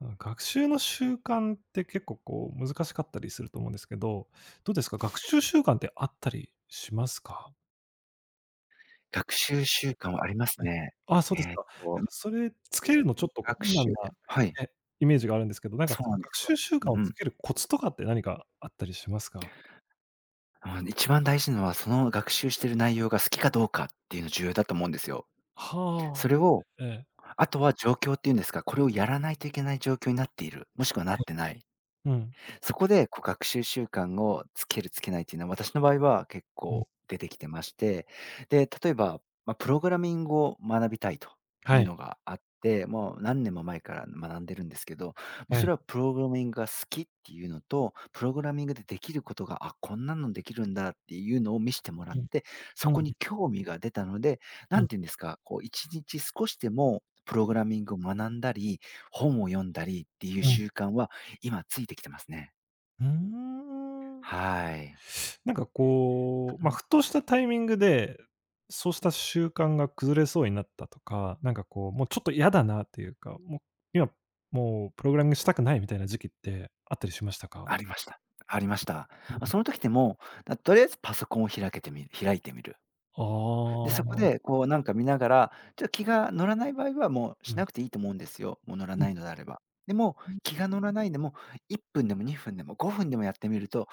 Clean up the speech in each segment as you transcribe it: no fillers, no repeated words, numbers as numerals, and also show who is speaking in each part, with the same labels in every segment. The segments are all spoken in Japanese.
Speaker 1: あ、学習の習慣って結構こう難しかったりすると思うんですけど、どうですか？学習習慣ってあったりしますか？
Speaker 2: 学習習慣はありますね。
Speaker 1: はあ、そうです
Speaker 2: えーっ
Speaker 1: か。なん
Speaker 2: と、
Speaker 1: かそれつけるのちょっと困
Speaker 2: 学習
Speaker 1: 難な、
Speaker 2: はい、
Speaker 1: ね、イメージがあるんですけど、なんか
Speaker 2: そ
Speaker 1: そ
Speaker 2: う
Speaker 1: うい
Speaker 2: な
Speaker 1: う
Speaker 2: んで
Speaker 1: 学
Speaker 2: すよ。
Speaker 1: 習習慣
Speaker 2: う
Speaker 1: を
Speaker 2: んう
Speaker 1: つ
Speaker 2: ん。
Speaker 1: けるコツとかって何かあったりしますか？
Speaker 2: 一番大事なのは、その学習してる内容が好きかどうかっていうの重要だと思うんですよ。
Speaker 1: はあ、
Speaker 2: それを、
Speaker 1: ええ、
Speaker 2: あとは状況っていうんですか、これをやらないといけない状況になっている、もしくはなっ
Speaker 1: え
Speaker 2: てない。
Speaker 1: え、うん、
Speaker 2: そこで、こう、学習習慣をつけるつけないっていうのは、私の場合は結
Speaker 1: うん、
Speaker 2: 構出てきてまして、で、例えば、まあ、プログラミングを学びたいと
Speaker 1: は
Speaker 2: いう
Speaker 1: い、
Speaker 2: のがあって、もう何年も前から学んでるんですけど、もう
Speaker 1: は
Speaker 2: そ
Speaker 1: い、
Speaker 2: れはプログラミングが好きっていうのと、プログラミングでできることが、あ、こんなのできるんだっていうのを見せてもら
Speaker 1: う
Speaker 2: っ
Speaker 1: ん、
Speaker 2: て、そ
Speaker 1: うん、う
Speaker 2: こに興味が出たので、
Speaker 1: ん、う
Speaker 2: 何て言うんですか、こう1日少しでもプログラミングを学んだり、本を読んだりっていう
Speaker 1: ん。
Speaker 2: 習慣は今ついてきてますね。
Speaker 1: うーん。
Speaker 2: はい。
Speaker 1: なんかこう、
Speaker 2: あ
Speaker 1: まあ、
Speaker 2: の
Speaker 1: ふとしたタイミングで、そうした習慣が崩れそうになったとか、なんかこう、もうちょっと嫌だなっていうか、もう今、もうプログラミングしたくないみたいな時期ってあったりしましたか？
Speaker 2: ありました。ありました。
Speaker 1: う
Speaker 2: ま、
Speaker 1: ん。
Speaker 2: その時でも、とりあえずパソコンを開いてみる。
Speaker 1: ああ、
Speaker 2: で、そこ
Speaker 1: うん。
Speaker 2: でこうなんか見ながら、ちょっと気が乗らない場合はもうし
Speaker 1: う
Speaker 2: なくていいと思うんですよ、もう乗ら
Speaker 1: ん、うん、
Speaker 2: ないのであれば。でも、
Speaker 1: うん、
Speaker 2: 気が乗らないでも、1分でも2分でも5分でもやってみると、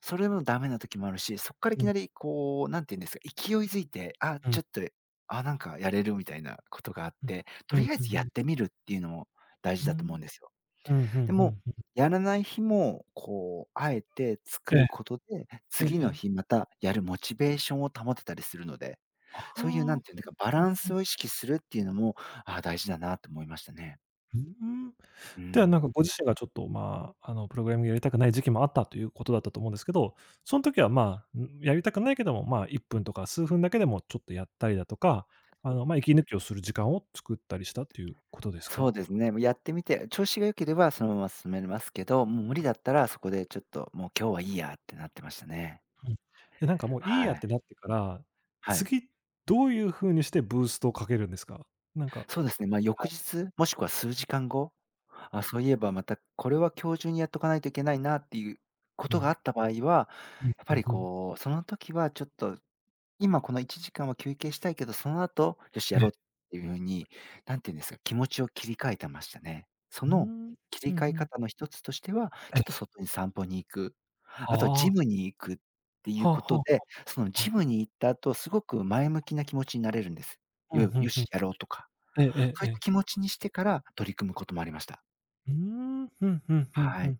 Speaker 2: それでもダメな時もあるし、そっからい
Speaker 1: う
Speaker 2: き
Speaker 1: ん、
Speaker 2: なりこう、何て言うんですか、勢いづいて、あ、
Speaker 1: うん、う
Speaker 2: ち
Speaker 1: ん、
Speaker 2: ょっと、あ、なんかやれるみたいなことがあって、と
Speaker 1: うん、
Speaker 2: りあえ
Speaker 1: う
Speaker 2: ずやっ
Speaker 1: ん。
Speaker 2: てみるっていうのも大
Speaker 1: う
Speaker 2: 事
Speaker 1: ん、
Speaker 2: だと思うん
Speaker 1: ん
Speaker 2: ですよ。
Speaker 1: うんう
Speaker 2: で
Speaker 1: んう
Speaker 2: も、
Speaker 1: ん。
Speaker 2: やらない日も、こう、あえて作
Speaker 1: ええ、
Speaker 2: ることで、
Speaker 1: ええ
Speaker 2: 次
Speaker 1: え
Speaker 2: の日
Speaker 1: え。
Speaker 2: またやるモチベーションを保てたりするので、
Speaker 1: あ
Speaker 2: そういうなん
Speaker 1: あ、
Speaker 2: ていうんだか、バラン
Speaker 1: うん、
Speaker 2: スを意識するっていうのも、ああ、大事だなと思いましたね。
Speaker 1: ーん。
Speaker 2: う
Speaker 1: では、なんか
Speaker 2: ん。
Speaker 1: ご自身がちょっと、まあ、プログラミングやりたくない時期もあったということだったと思うんですけど、その時は、まあ、ん、やりたくないけども、まあ、1分とか数分だけでもちょっとやったりだとか、
Speaker 2: そう
Speaker 1: まあ、息抜きをする時間を作ったりしたっていうことです
Speaker 2: そう
Speaker 1: か？
Speaker 2: ですね。もうやってみて、調子が良ければそのまま進めますけど、もう無理だったらそこでちょっと、もう今日はいいやってなってましたね。
Speaker 1: うん。で、なんかもういい
Speaker 2: は
Speaker 1: やっ
Speaker 2: い。
Speaker 1: てなってか
Speaker 2: うん、
Speaker 1: ら、
Speaker 2: はい。
Speaker 1: 次どういう風にしてブーストをかけるんですか？なんか
Speaker 2: そうですね、まあ、翌
Speaker 1: はい。
Speaker 2: 日、もしくは数時間後、あ、そういえばまたこれは今日中にやっとかないといけないなっていうこ
Speaker 1: う
Speaker 2: とがあ
Speaker 1: ん。
Speaker 2: った場合は、
Speaker 1: うん、
Speaker 2: やっ
Speaker 1: う
Speaker 2: ぱ
Speaker 1: ん
Speaker 2: り
Speaker 1: うん。
Speaker 2: こう、その時はちょっと今この1時間は休憩したいけど、その後、よし
Speaker 1: え
Speaker 2: や
Speaker 1: え。
Speaker 2: ろうっていう風に、何て言うんですか、気持ちを切り替えてましたね。そ
Speaker 1: うー
Speaker 2: の
Speaker 1: ん。うん
Speaker 2: 切り
Speaker 1: う
Speaker 2: 替え
Speaker 1: ん。
Speaker 2: 方の一つとしては、
Speaker 1: え
Speaker 2: ちょ
Speaker 1: え。
Speaker 2: っと外に散歩に行く、
Speaker 1: あ
Speaker 2: あとジ
Speaker 1: あ。
Speaker 2: ムに行くっていう
Speaker 1: はあは
Speaker 2: こ
Speaker 1: あ
Speaker 2: と
Speaker 1: は
Speaker 2: で、その
Speaker 1: あは
Speaker 2: ジ
Speaker 1: あ。
Speaker 2: ムに行った後、すごく前向きな気持ちになれるんです。
Speaker 1: うん、
Speaker 2: よ
Speaker 1: ふん
Speaker 2: よ
Speaker 1: ふ
Speaker 2: し、
Speaker 1: ん。
Speaker 2: やろうとか。
Speaker 1: ええええ
Speaker 2: そう
Speaker 1: え
Speaker 2: いった
Speaker 1: え。
Speaker 2: 気持ちにしてから取り組むこともありました。
Speaker 1: うーん。ふんふんふん
Speaker 2: は
Speaker 1: ふ
Speaker 2: い。
Speaker 1: ん。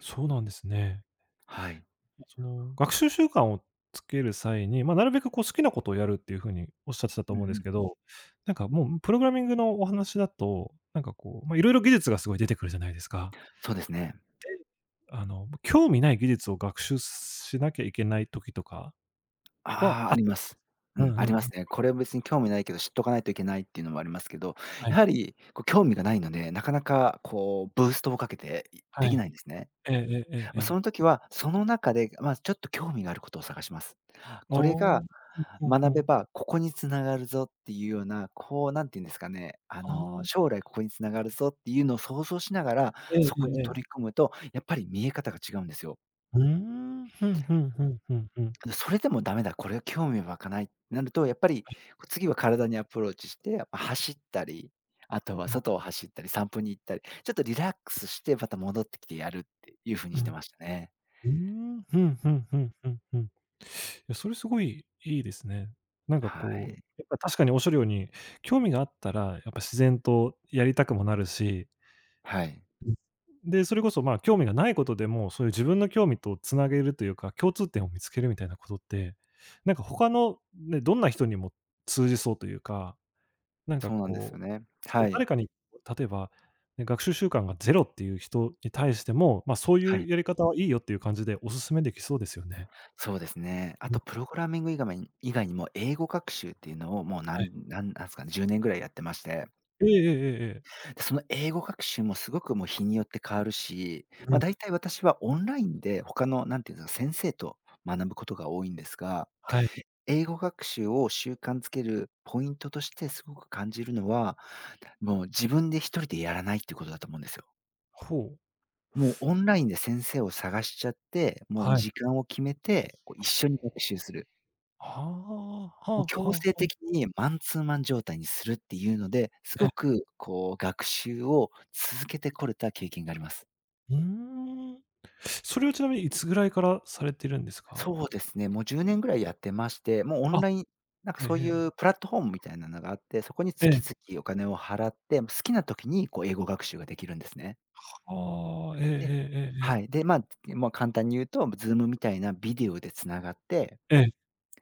Speaker 1: そうなんですね。
Speaker 2: はい。
Speaker 1: その、学習習慣をつける際に、まあ、なるべくこう好きなことをやるっていう風におっしゃってたと
Speaker 2: うんう
Speaker 1: 思うんです
Speaker 2: ん。
Speaker 1: けど、なんかもうプログラミングのお話だと、なんかこう、まあ、いろいろ技術がすごい出てくるじゃないですか。
Speaker 2: そうですね。
Speaker 1: 興味ない技術を学習しなきゃいけない時とかは
Speaker 2: ああ、あ
Speaker 1: あっ
Speaker 2: り
Speaker 1: たり
Speaker 2: ま
Speaker 1: し
Speaker 2: す。う
Speaker 1: うんう
Speaker 2: ん、
Speaker 1: ん
Speaker 2: あ
Speaker 1: う
Speaker 2: りま
Speaker 1: ん。
Speaker 2: すね。これは別に興味ないけど、知っとかないといけないっていうのもありますけど、
Speaker 1: はい、
Speaker 2: やはりこう興味がないので、なかなかこうブーストをかけて、で
Speaker 1: は
Speaker 2: き
Speaker 1: い。
Speaker 2: ないんですね。
Speaker 1: えええええええ
Speaker 2: まあ、そ
Speaker 1: え。
Speaker 2: の時は、その中で、まあ、ちょっと興味があることを探します。これ
Speaker 1: おお、
Speaker 2: が
Speaker 1: ふんふんふ
Speaker 2: 学べ
Speaker 1: ん。
Speaker 2: ば、ここに繋がるぞっていうような、こうなんて言うんですかね、
Speaker 1: ああ、
Speaker 2: 将来ここに繋がるぞっていうのを想像しながら、
Speaker 1: ええ
Speaker 2: そ
Speaker 1: ええ
Speaker 2: こに
Speaker 1: え
Speaker 2: 取り
Speaker 1: え。
Speaker 2: 組むと、やっぱり見え方が違うんですよ。
Speaker 1: うーん、ふんふんふんふんふん、
Speaker 2: で、それでもダメだ、これは興味湧かないってなると、やっぱり次は体にアプローチして、走ったり、あとは
Speaker 1: うん、
Speaker 2: 外を走ったり、散歩に行ったり、ちょっとリラックスしてまた戻ってきてやるっていう風
Speaker 1: う
Speaker 2: にして
Speaker 1: ん。
Speaker 2: ましたね。
Speaker 1: うーん、ふん
Speaker 2: う
Speaker 1: ふ
Speaker 2: ん。
Speaker 1: んふんふんふん。いや、それすごいいいですね。なんか
Speaker 2: は
Speaker 1: こう、
Speaker 2: い。
Speaker 1: やっぱ確かにおっしゃるように、興味があったら、やっぱ自然とやりたくもなるし、
Speaker 2: はい。
Speaker 1: うん。で、それこそ、まあ、興味がないことでも、そういう自分の興味とつなげるというか、共通点を見つけるみたいなことって、なんか他のね、どんな人にも通じそうというかなんか
Speaker 2: そうなんですよ
Speaker 1: こう、
Speaker 2: ね。
Speaker 1: そ
Speaker 2: は
Speaker 1: う、
Speaker 2: い。
Speaker 1: 誰かに、例えば、ね、学習習慣がゼロっていう人に対しても、ま、そう
Speaker 2: は
Speaker 1: いう
Speaker 2: い。
Speaker 1: やり方はいいよっていう感じでお勧めできそうですよね。
Speaker 2: そうですね。あ
Speaker 1: うん、
Speaker 2: とプログラミング以外にも英語学習っていうのをもうな
Speaker 1: はい。
Speaker 2: んなんですかね、10年ぐらいやってまして。
Speaker 1: ええええええええ。
Speaker 2: で、その英語学習もすごくもう日によって変わるし、
Speaker 1: う
Speaker 2: まあ、
Speaker 1: ん、
Speaker 2: 大体私はオンラインで他のなんていうんですか、先生と学ぶことが多いんですが、
Speaker 1: はい。
Speaker 2: 英語学習を習慣づけるポイントとしてすごく感じるのは、もう自分で一人でやらないっていうことだと思うんですよ。
Speaker 1: ほう、
Speaker 2: もうオンラインで先生を探しちゃって、もう
Speaker 1: はい。
Speaker 2: 時間を決めて、こう一緒に学習する。
Speaker 1: ああ、は
Speaker 2: も
Speaker 1: あ
Speaker 2: う
Speaker 1: は
Speaker 2: 強
Speaker 1: あは
Speaker 2: 制
Speaker 1: あ。
Speaker 2: 的にマンツーマン状態にするっていうので、す
Speaker 1: え
Speaker 2: ご
Speaker 1: え、
Speaker 2: くこう学習を続けてこれた経験があります。
Speaker 1: うーん。それはちなみにいつぐらいからされてるんですか？
Speaker 2: そうですね、もう10年ぐらいやってまして、もうオ
Speaker 1: あ、
Speaker 2: ンラインなんか
Speaker 1: ええ
Speaker 2: そうい
Speaker 1: ええ。
Speaker 2: うプラットフォームみたいなのがあって、そこに
Speaker 1: ええ。
Speaker 2: 月々お金を払って、好きな時にこう英語学習ができるんですね。
Speaker 1: ああ、ええええ
Speaker 2: で、
Speaker 1: えええ
Speaker 2: はい。
Speaker 1: え。
Speaker 2: で、まあ、簡単に言うと、ズームみたいなビデオでつながって、
Speaker 1: ええ。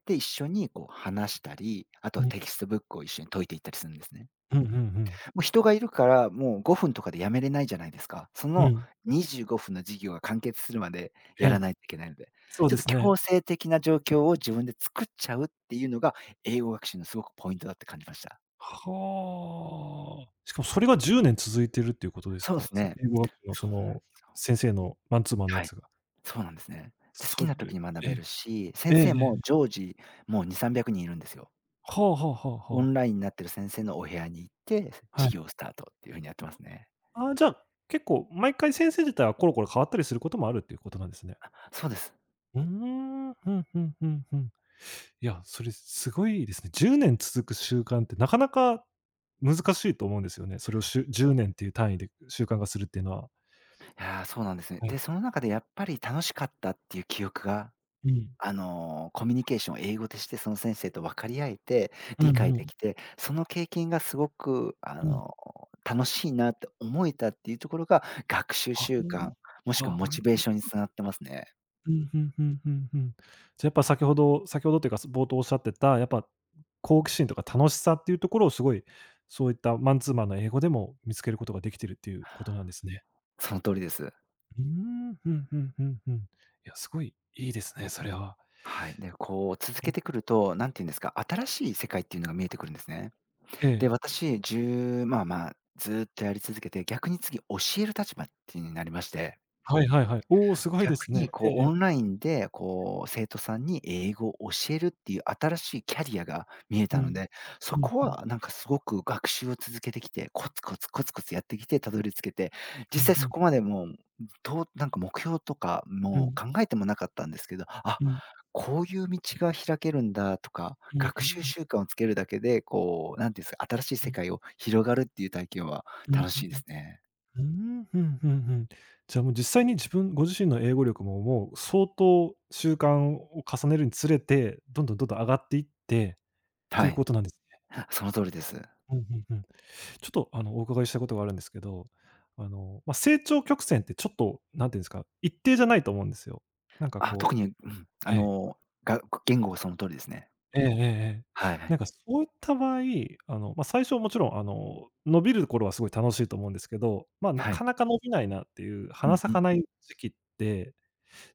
Speaker 2: で、一緒にこう話したり、あと
Speaker 1: う
Speaker 2: は
Speaker 1: ん。
Speaker 2: テキストブックを一緒に解いていったりするんですね。
Speaker 1: うんうんうん。
Speaker 2: もう人がいるから、もう5分とかでやめれないじゃないですか。そ
Speaker 1: う
Speaker 2: の
Speaker 1: ん。
Speaker 2: にじゅう25分の授業が完結するまで
Speaker 1: え
Speaker 2: や
Speaker 1: え、
Speaker 2: らないといけないので、
Speaker 1: そう
Speaker 2: ちょ
Speaker 1: で
Speaker 2: っと
Speaker 1: すね。
Speaker 2: 強制的な状況を自分で作っちゃうっていうのが、英語学習のすごくポイントだって感じました。
Speaker 1: はあ。しかもそれが10年続いてるっていうことです
Speaker 2: そうで
Speaker 1: か？
Speaker 2: す
Speaker 1: そ
Speaker 2: ね。
Speaker 1: 英語学習のそ
Speaker 2: そうなんで
Speaker 1: の
Speaker 2: すよ。
Speaker 1: 先生のマンツーマンのや
Speaker 2: はい、
Speaker 1: つが。
Speaker 2: そうなんですね。で、好き
Speaker 1: それ、
Speaker 2: な時に学
Speaker 1: え、
Speaker 2: べるし、
Speaker 1: ええ
Speaker 2: 先生
Speaker 1: え
Speaker 2: も
Speaker 1: え。
Speaker 2: 常時もう2、300人いるんですよ。
Speaker 1: はあはあはあ
Speaker 2: オ
Speaker 1: はあ。
Speaker 2: ンラインになってる先生のお部屋に行って、
Speaker 1: はい。
Speaker 2: 授業スタートっていう風にやってますね。
Speaker 1: ああ、じゃあ、結構毎回先生自体はコロコロ変わったりすることもあるっていうことなんですね。
Speaker 2: そうです。
Speaker 1: うーん、ふんふんふんふん。いや、それすごいですね。10年続く習慣ってなかなか難しいと思うんですよね。それを10年っていう単位で習慣化するっていうのは。
Speaker 2: いやー、そうなんですね。
Speaker 1: はい。
Speaker 2: で、その中でやっぱり楽しかったっていう記憶が、
Speaker 1: うん。
Speaker 2: コミュニケーションを英語でして、その先生と分かり合えて、
Speaker 1: う
Speaker 2: 理
Speaker 1: ん
Speaker 2: 解
Speaker 1: う
Speaker 2: で
Speaker 1: ん。
Speaker 2: きて、その経験がすごく、
Speaker 1: うん。
Speaker 2: 楽しいなって思えたっていうところが、学習
Speaker 1: あ、あ
Speaker 2: 習慣、もしくは
Speaker 1: あ、
Speaker 2: モチベー
Speaker 1: あ
Speaker 2: ションにつながってますね。
Speaker 1: うん、ふんふんふんふん。じゃ、やっぱ先ほどというか、冒頭おっしゃってた、やっぱ好奇心とか楽しさっていうところをすごい、そういったマンツーマンの英語でも見つけることができてるっていうことなんですね。
Speaker 2: その通りです。
Speaker 1: うーん、ふんふんふんふん。いや、すごいいいですね、それは。
Speaker 2: はい。で、こう続
Speaker 1: う
Speaker 2: け
Speaker 1: ん、
Speaker 2: てくると、何て言うんですか、新しい世界っていうのが見えてくるんですね。
Speaker 1: え
Speaker 2: で、
Speaker 1: え。
Speaker 2: 私、1まあまあ、ずーっとやり続けて、逆に次教える立場っていうのになりまして、
Speaker 1: はいはいはい。おお、すごいで
Speaker 2: 逆
Speaker 1: す
Speaker 2: に
Speaker 1: ね。ええ
Speaker 2: こう
Speaker 1: え
Speaker 2: オ
Speaker 1: え。
Speaker 2: ンラインで、こう生徒さんに英語を教えるっていう新しいキャリアが見え
Speaker 1: う
Speaker 2: たの
Speaker 1: ん。
Speaker 2: で、そ
Speaker 1: うん、
Speaker 2: こ
Speaker 1: ん、
Speaker 2: はなんかすごく学習を続けてきて、コツコツコツコツやってきてたどり着けて、
Speaker 1: う
Speaker 2: 実
Speaker 1: ん、
Speaker 2: 際そ
Speaker 1: ん。
Speaker 2: こまでもう、どうなんか目標とか
Speaker 1: う
Speaker 2: も
Speaker 1: ん。
Speaker 2: 考えてもなかったんですけど、あ、
Speaker 1: うん、
Speaker 2: こういう道が開けるんだとか、
Speaker 1: うんうんう
Speaker 2: 学習
Speaker 1: んうん。
Speaker 2: 習慣をつけるだけで、こう何ていうんですか、新しい世
Speaker 1: う
Speaker 2: 界を広がるっていう体験は
Speaker 1: ん、うん
Speaker 2: 楽
Speaker 1: う
Speaker 2: しいです
Speaker 1: ん。
Speaker 2: ね。
Speaker 1: うーん、ふんふんふん。じゃあもう実際に自分ご自身の英語力ももう相当習慣を重ねるにつれて、どんどんどんどん上がっていってってい
Speaker 2: は
Speaker 1: う
Speaker 2: い、
Speaker 1: ことなんですね。
Speaker 2: その通りです。
Speaker 1: うんうんうん。ちょっとお伺いしたいことがあるんですけど、ま、成長曲線ってちょっとなんていうんですか、一定じゃないと思うんですよ。なんか
Speaker 2: あ、
Speaker 1: こ
Speaker 2: 特
Speaker 1: う
Speaker 2: に、うん、
Speaker 1: はい。
Speaker 2: 言語はその通りですね。
Speaker 1: ええええええ。
Speaker 2: はいは
Speaker 1: なん
Speaker 2: い。
Speaker 1: かそういった場合、ま、最初もちろん伸びる頃はすごい楽しいと思うんですけど、ま、な
Speaker 2: はい。
Speaker 1: かなか伸びないなっていう、
Speaker 2: う
Speaker 1: 花
Speaker 2: んう
Speaker 1: 咲か
Speaker 2: ん。
Speaker 1: ない時期って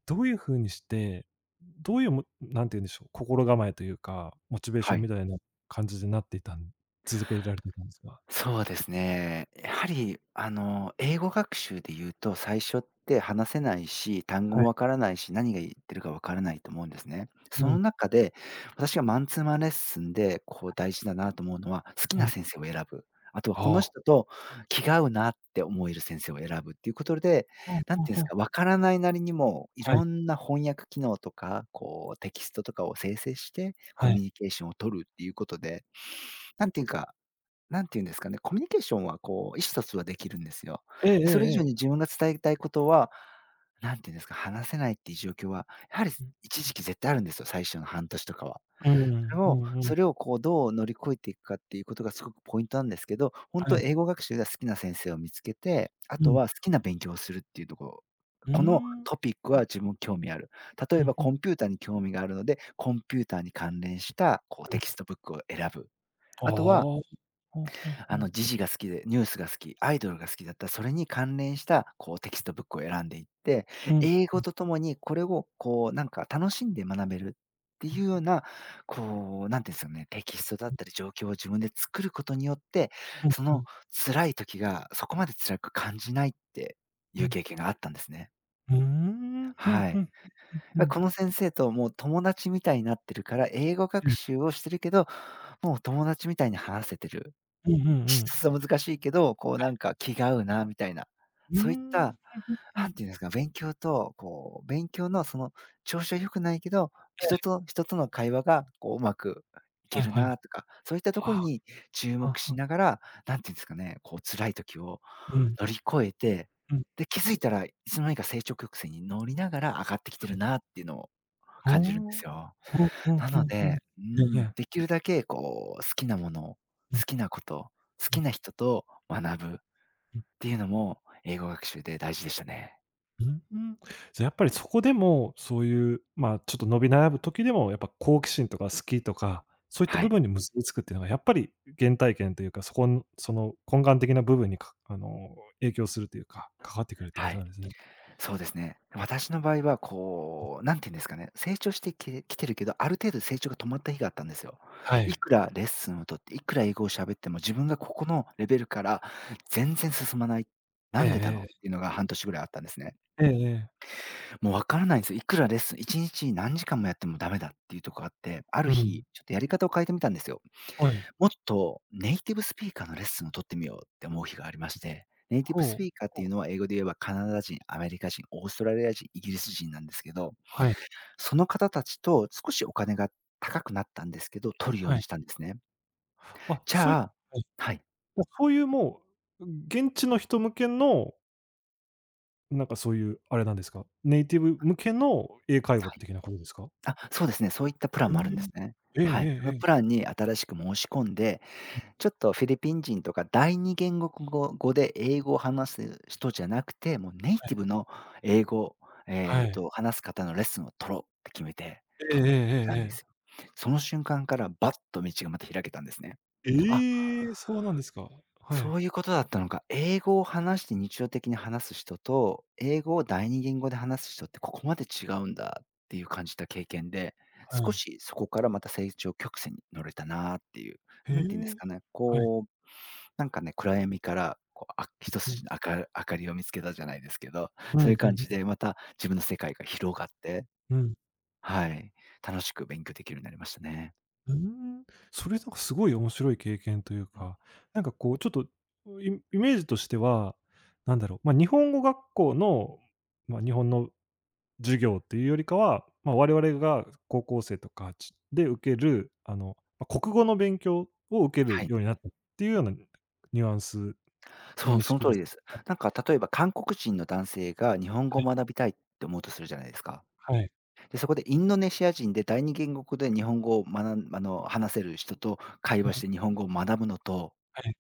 Speaker 1: どういう風にして、どういうもなんて言うんでしょう、心構えというか、モチベーシ
Speaker 2: は
Speaker 1: ョン
Speaker 2: い。
Speaker 1: みたいな感じになっていたん続けられていたんですか？
Speaker 2: そうですね。やはり、英語学習で言うと、最初って話せないし、単語
Speaker 1: はい。
Speaker 2: もわからないし、何が言ってるかわからないと思うんですね。
Speaker 1: う
Speaker 2: そ
Speaker 1: ん、
Speaker 2: の中で、私がマンツーマンレッスンで、こう大事だなと思うのは、好き
Speaker 1: う
Speaker 2: な
Speaker 1: ん。
Speaker 2: 先生を選ぶ。あとは
Speaker 1: あ
Speaker 2: この
Speaker 1: あ。
Speaker 2: 人と気が合うなって思える先生を選ぶっていうことで、
Speaker 1: ほう
Speaker 2: なん
Speaker 1: ほう
Speaker 2: ていうんで
Speaker 1: ほ
Speaker 2: すか、
Speaker 1: う。
Speaker 2: わからないなりにも、い
Speaker 1: はい、
Speaker 2: ろんな翻訳機能とか、こうテキストとかを生成して、
Speaker 1: は
Speaker 2: コ
Speaker 1: い。
Speaker 2: ミュニケーションを取るっていうことで、なんていうか、なんていうんですかね、コミュニケーションはこう、意思疎通はできるんですよ。
Speaker 1: えええ
Speaker 2: で、それ以
Speaker 1: ええ
Speaker 2: 上に
Speaker 1: え。
Speaker 2: 自分が伝えたいことは、なんていうんですか、話せないっていう状況は、やはり
Speaker 1: うん。
Speaker 2: 一時期絶対あるんですよ、最初の半年とかは。
Speaker 1: う
Speaker 2: それ
Speaker 1: んう
Speaker 2: を
Speaker 1: んうん。
Speaker 2: それをこう、どう乗り越えていくかっていうことがすごくポイントなんですけど、本
Speaker 1: は
Speaker 2: 当
Speaker 1: い。
Speaker 2: 英語学習が好きな先生を見つけて、あ
Speaker 1: う
Speaker 2: と
Speaker 1: ん。
Speaker 2: は好きな勉強をするっていうところ。
Speaker 1: うー
Speaker 2: この
Speaker 1: ん。
Speaker 2: トピックは自分興味ある。例
Speaker 1: う
Speaker 2: え
Speaker 1: ん
Speaker 2: ば
Speaker 1: う
Speaker 2: コ
Speaker 1: ん
Speaker 2: ンピューターに興味があるので、コンピューターに関連したこう
Speaker 1: う
Speaker 2: テ
Speaker 1: ん。
Speaker 2: キストブックを選ぶ。
Speaker 1: ああ。
Speaker 2: あとは
Speaker 1: ほうほうほう。
Speaker 2: 時事が好きで、ニュースが好き、アイドルが好きだったら、それに関連した、こう、テキストブックを選んでいって、
Speaker 1: うん、うん、
Speaker 2: 英語とともにこれを、こう、なんか楽しんで学べるっていうような、こう、なんていうんですかね、テキストだったり状況を自分で作ることによって、
Speaker 1: うん
Speaker 2: そ
Speaker 1: う
Speaker 2: の
Speaker 1: ん
Speaker 2: 辛い時がそこまで辛く感じないって
Speaker 1: う
Speaker 2: いう
Speaker 1: ん。
Speaker 2: 経験があったんですね。
Speaker 1: うーん。ふん
Speaker 2: は
Speaker 1: ふんふ
Speaker 2: い。
Speaker 1: ん。う
Speaker 2: や、
Speaker 1: ん。
Speaker 2: この先生ともう友達みたいになってるから、英語学習をしてるけど、もう友達みたいに話せてる。
Speaker 1: うんうんう ん。
Speaker 2: 質は難しいけど、こうなんか気が合うなみたいな、
Speaker 1: うー
Speaker 2: そういっ
Speaker 1: ん。
Speaker 2: た、
Speaker 1: ふんふんふ
Speaker 2: な
Speaker 1: ん。
Speaker 2: んていうんですか、勉強とこう、勉強のその調子は良くないけど、人
Speaker 1: え
Speaker 2: と人との会話がこううまくい
Speaker 1: え、
Speaker 2: け
Speaker 1: はい
Speaker 2: る
Speaker 1: はい。あ
Speaker 2: なとか、そういったと
Speaker 1: あ、
Speaker 2: ころ
Speaker 1: は
Speaker 2: に注
Speaker 1: あは
Speaker 2: 目し
Speaker 1: あ。
Speaker 2: ながら、なんていうんですかね、こう辛い時を
Speaker 1: うん、
Speaker 2: 乗り越えて、
Speaker 1: うん、
Speaker 2: で、気づいたらいつの間にか成長曲線に乗りながら上がってきて
Speaker 1: は
Speaker 2: る
Speaker 1: い。
Speaker 2: なっていうのを
Speaker 1: ほ
Speaker 2: 感じるんですよ。
Speaker 1: んほん
Speaker 2: な
Speaker 1: ほ
Speaker 2: の
Speaker 1: んほん。
Speaker 2: で、う
Speaker 1: えええ
Speaker 2: ん、
Speaker 1: え。
Speaker 2: できるだけこう好きなものを、
Speaker 1: うん
Speaker 2: 好きなこと、好
Speaker 1: うん
Speaker 2: きな人と学ぶっ
Speaker 1: うん。
Speaker 2: ていうのも英語学習で大事でしたね。
Speaker 1: うん。じゃ、やっぱりそこでも、そういう、まあ、ちょっと伸び悩む時でも、やっぱ好奇心とか好きとか、そういった
Speaker 2: は
Speaker 1: 部
Speaker 2: い、
Speaker 1: 分に結びつくっていうのがやっぱり原体験というか、そこんその根幹的な部分にか影響するというか、関わってくるっていうこ
Speaker 2: は
Speaker 1: と
Speaker 2: い、
Speaker 1: なんですね。
Speaker 2: そうですね。私の場合はこう、なんて言うんですかね、成長してききてるけど、ある程度成長が止まった日があったんですよ。
Speaker 1: は
Speaker 2: い
Speaker 1: い。
Speaker 2: くらレッスンを取って、いくら英語を喋っても自分がここのレベルから全然進まない、な
Speaker 1: ええ
Speaker 2: んでだろ
Speaker 1: え
Speaker 2: うっ
Speaker 1: え。
Speaker 2: ていうのが半年ぐらいあったんですね。
Speaker 1: ええええ。
Speaker 2: もう分からないんですよ。いくらレッスン1日何時間もやってもダメだっていうとこあって、ある
Speaker 1: うん。
Speaker 2: 日、ちょっとやり方を変えてみたんですよ。
Speaker 1: はい。
Speaker 2: もっとネイティブスピーカーのレッスンを取ってみようって思う日がありまして、ネイティブス
Speaker 1: ほ
Speaker 2: ピ
Speaker 1: う。
Speaker 2: ーカーっ
Speaker 1: ほ
Speaker 2: て
Speaker 1: う。
Speaker 2: いうのは英語で言えばカナダ人、アメリカ人、オーストラリア人、イギリス人なんですけど、
Speaker 1: はい。
Speaker 2: その方たちと少しお金が高くなったんですけど、取るよう
Speaker 1: は
Speaker 2: に
Speaker 1: い。
Speaker 2: したんですね。
Speaker 1: あ、
Speaker 2: じ
Speaker 1: そうい
Speaker 2: ゃあ
Speaker 1: はい。
Speaker 2: はい、
Speaker 1: もうそういうもう、現地の人向けのなんかそういう、あれなんですか、ネイティブ向けの英会
Speaker 2: は
Speaker 1: 話
Speaker 2: い。
Speaker 1: 的なことですか？
Speaker 2: あ、そうですね、そういったプラン
Speaker 1: え
Speaker 2: もあるんですね。
Speaker 1: え。えええ
Speaker 2: はい。そ
Speaker 1: え
Speaker 2: の
Speaker 1: え
Speaker 2: プ
Speaker 1: え。
Speaker 2: ランに新しく申し込んで、ちょっとフィリピン人とか第二言語で英語を話す人じゃなくて、もうネイ
Speaker 1: はい。
Speaker 2: ティブの英語、
Speaker 1: はい。
Speaker 2: 話す方のレッスンを取ろうって決めて、
Speaker 1: えええ
Speaker 2: 取っ
Speaker 1: えええ
Speaker 2: た
Speaker 1: え
Speaker 2: んですよ。
Speaker 1: え。
Speaker 2: その瞬間からバッと道がまた開けたんですね。あ、
Speaker 1: ええ、そうなんですか。はい。
Speaker 2: そういうことだったのか。英語を話して日常的に話す人と、英語を第二言語で話す人ってここまで違うんだっていう感じた経験で、
Speaker 1: は
Speaker 2: 少
Speaker 1: い。
Speaker 2: しそこからまた成長曲線に乗れたなっていう、
Speaker 1: へ
Speaker 2: 何て言うんです
Speaker 1: え。
Speaker 2: かね、
Speaker 1: はい。
Speaker 2: こうなんかね、暗闇から、こう、あ一
Speaker 1: うん。
Speaker 2: 筋の明る明かりを見つけたじゃないですけど、
Speaker 1: う
Speaker 2: そうい
Speaker 1: ん、
Speaker 2: う
Speaker 1: ふん
Speaker 2: 感
Speaker 1: ふ
Speaker 2: じ
Speaker 1: ん。
Speaker 2: でまた自分の世界が広がって、
Speaker 1: うん。
Speaker 2: はい、楽しく勉強できるようになりましたね。
Speaker 1: うーん。それなんかすごい面白い経験という
Speaker 2: うん、
Speaker 1: か、なんかこうちょっと、イメージとしては、なんだろう、ま、日本語学校の、ま、日本の授業っていうよりかは、まあ、我々が高校生とかちで受ける、まあ、国語の勉強を受け
Speaker 2: は
Speaker 1: る
Speaker 2: い。
Speaker 1: ようになったっていうようなニュアンス、
Speaker 2: そ
Speaker 1: 認
Speaker 2: う、その
Speaker 1: 識
Speaker 2: 通
Speaker 1: で
Speaker 2: り
Speaker 1: す。
Speaker 2: です。なんか例えば韓国人の男性が日本
Speaker 1: は
Speaker 2: 語を
Speaker 1: い
Speaker 2: 学びたいって思うとするじゃないですか。
Speaker 1: はい、
Speaker 2: で、そこでインドネシア人で第二言語で日本語を学ん話せる人と会
Speaker 1: は
Speaker 2: 話し
Speaker 1: い、
Speaker 2: て日本語を学ぶのと、
Speaker 1: はい、はい、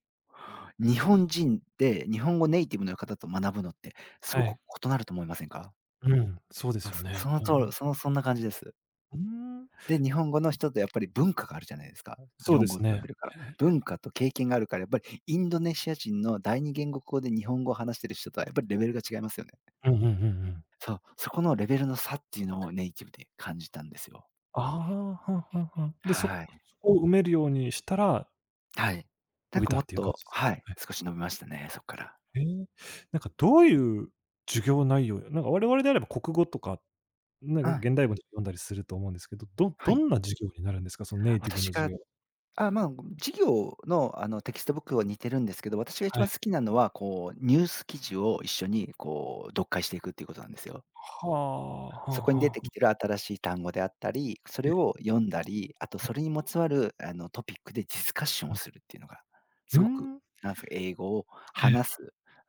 Speaker 2: 日本人で日本語ネイティブの方と学ぶのってす
Speaker 1: は
Speaker 2: ご
Speaker 1: い。
Speaker 2: く異なると思いませんか？
Speaker 1: うん、そうです
Speaker 2: あ、
Speaker 1: よ
Speaker 2: そ
Speaker 1: ね。
Speaker 2: その
Speaker 1: う
Speaker 2: 通
Speaker 1: んう
Speaker 2: り、
Speaker 1: ん。
Speaker 2: そんな感じです。
Speaker 1: うーん、
Speaker 2: で、日本語の人ってやっぱり文化があるじゃないですか。
Speaker 1: そ
Speaker 2: 日
Speaker 1: うで
Speaker 2: 本語
Speaker 1: す
Speaker 2: を使っ
Speaker 1: ね。
Speaker 2: てるから。
Speaker 1: え
Speaker 2: 文化と経験があるから、やっぱりインドネシア人の第二言語校で日本語を話してる人とはやっぱりレベルが違いますよね。
Speaker 1: え、うんうんうんうん。
Speaker 2: そう、そこのレベルの差っていうのをネイティブで感じたんですよ。
Speaker 1: ああ、はんはんはん。で、
Speaker 2: はい。
Speaker 1: そこを埋めるようにしたら、
Speaker 2: はい。
Speaker 1: 伸
Speaker 2: なん
Speaker 1: び
Speaker 2: か
Speaker 1: た
Speaker 2: もっ
Speaker 1: っていう感
Speaker 2: と
Speaker 1: じですかね。
Speaker 2: はい、
Speaker 1: はい
Speaker 2: 少し伸びましたね、そっから。
Speaker 1: ええ、なんかどういう授業内容なんか我々であれば国語とかなん
Speaker 2: は
Speaker 1: か
Speaker 2: い、
Speaker 1: 現代文とか読んだりすると思うんですけど、
Speaker 2: は
Speaker 1: ど
Speaker 2: い。
Speaker 1: んな授業になるんですか？そのネイティブ
Speaker 2: 私
Speaker 1: の授
Speaker 2: が
Speaker 1: 業。
Speaker 2: あ、まあ、授業の、テキストブックは似てるんですけど、私が一
Speaker 1: はい。
Speaker 2: 番好きなのは、こう、ニュース記事を一緒に、こう、読解していくっていうことなんですよ。
Speaker 1: はあ、は
Speaker 2: そこに
Speaker 1: あ
Speaker 2: 出
Speaker 1: は
Speaker 2: て
Speaker 1: あ。
Speaker 2: きてる新しい単語であったり、そ
Speaker 1: え
Speaker 2: れ
Speaker 1: え、
Speaker 2: を読んだり、あとそれにまつわる、トピックでディスカッション
Speaker 1: う
Speaker 2: を
Speaker 1: ん。
Speaker 2: するっていうのが、
Speaker 1: うー
Speaker 2: すごく、
Speaker 1: ん。
Speaker 2: なんですか、英語を
Speaker 1: え
Speaker 2: 話す、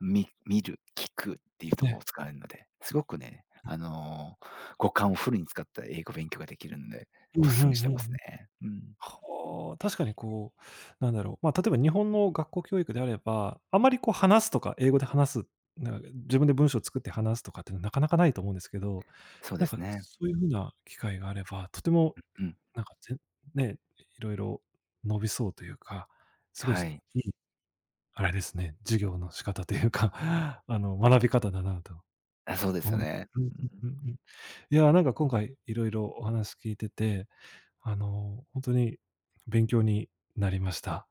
Speaker 2: 見る、聞くっていうと
Speaker 1: え、え
Speaker 2: こ
Speaker 1: え。
Speaker 2: ろを使えるので、すごくね、五感をフルに使った英語勉強ができるので、
Speaker 1: う
Speaker 2: お
Speaker 1: んうん
Speaker 2: す
Speaker 1: う
Speaker 2: すめし
Speaker 1: ん
Speaker 2: て
Speaker 1: う
Speaker 2: ます
Speaker 1: ん。
Speaker 2: ね。うん。
Speaker 1: はあ、確かにこう、なんだろう、ま、例えば日本の学校教育であれば、あまりこう話すとか、英語で話す、なんか自分で文章を作って話すとかっていうのはなかなかないと思うんですけど、
Speaker 2: そう
Speaker 1: な
Speaker 2: で
Speaker 1: ん
Speaker 2: す
Speaker 1: か
Speaker 2: ね。
Speaker 1: そういう風な機会があれば、とても
Speaker 2: うん、
Speaker 1: なんか、ね、いろいろ伸びそうというか、すごい
Speaker 2: は
Speaker 1: す
Speaker 2: い。
Speaker 1: いいあれですね、授業の仕方というか、学び方だなと
Speaker 2: あ、そうです
Speaker 1: 思
Speaker 2: よ
Speaker 1: います
Speaker 2: ね。
Speaker 1: うん
Speaker 2: う
Speaker 1: うん
Speaker 2: ん。
Speaker 1: うんうん。いや、なんか今回いろいろお話聞いてて、ほんとに勉強になりました。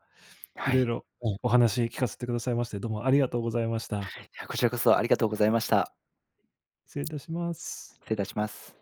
Speaker 1: い
Speaker 2: は
Speaker 1: ろい
Speaker 2: い。
Speaker 1: ろはい、お話聞かせてくださいまして、どうもありがとうございました。
Speaker 2: じゃ、こちらこそありがとうございました。
Speaker 1: 失礼いたします。
Speaker 2: 失礼いたします。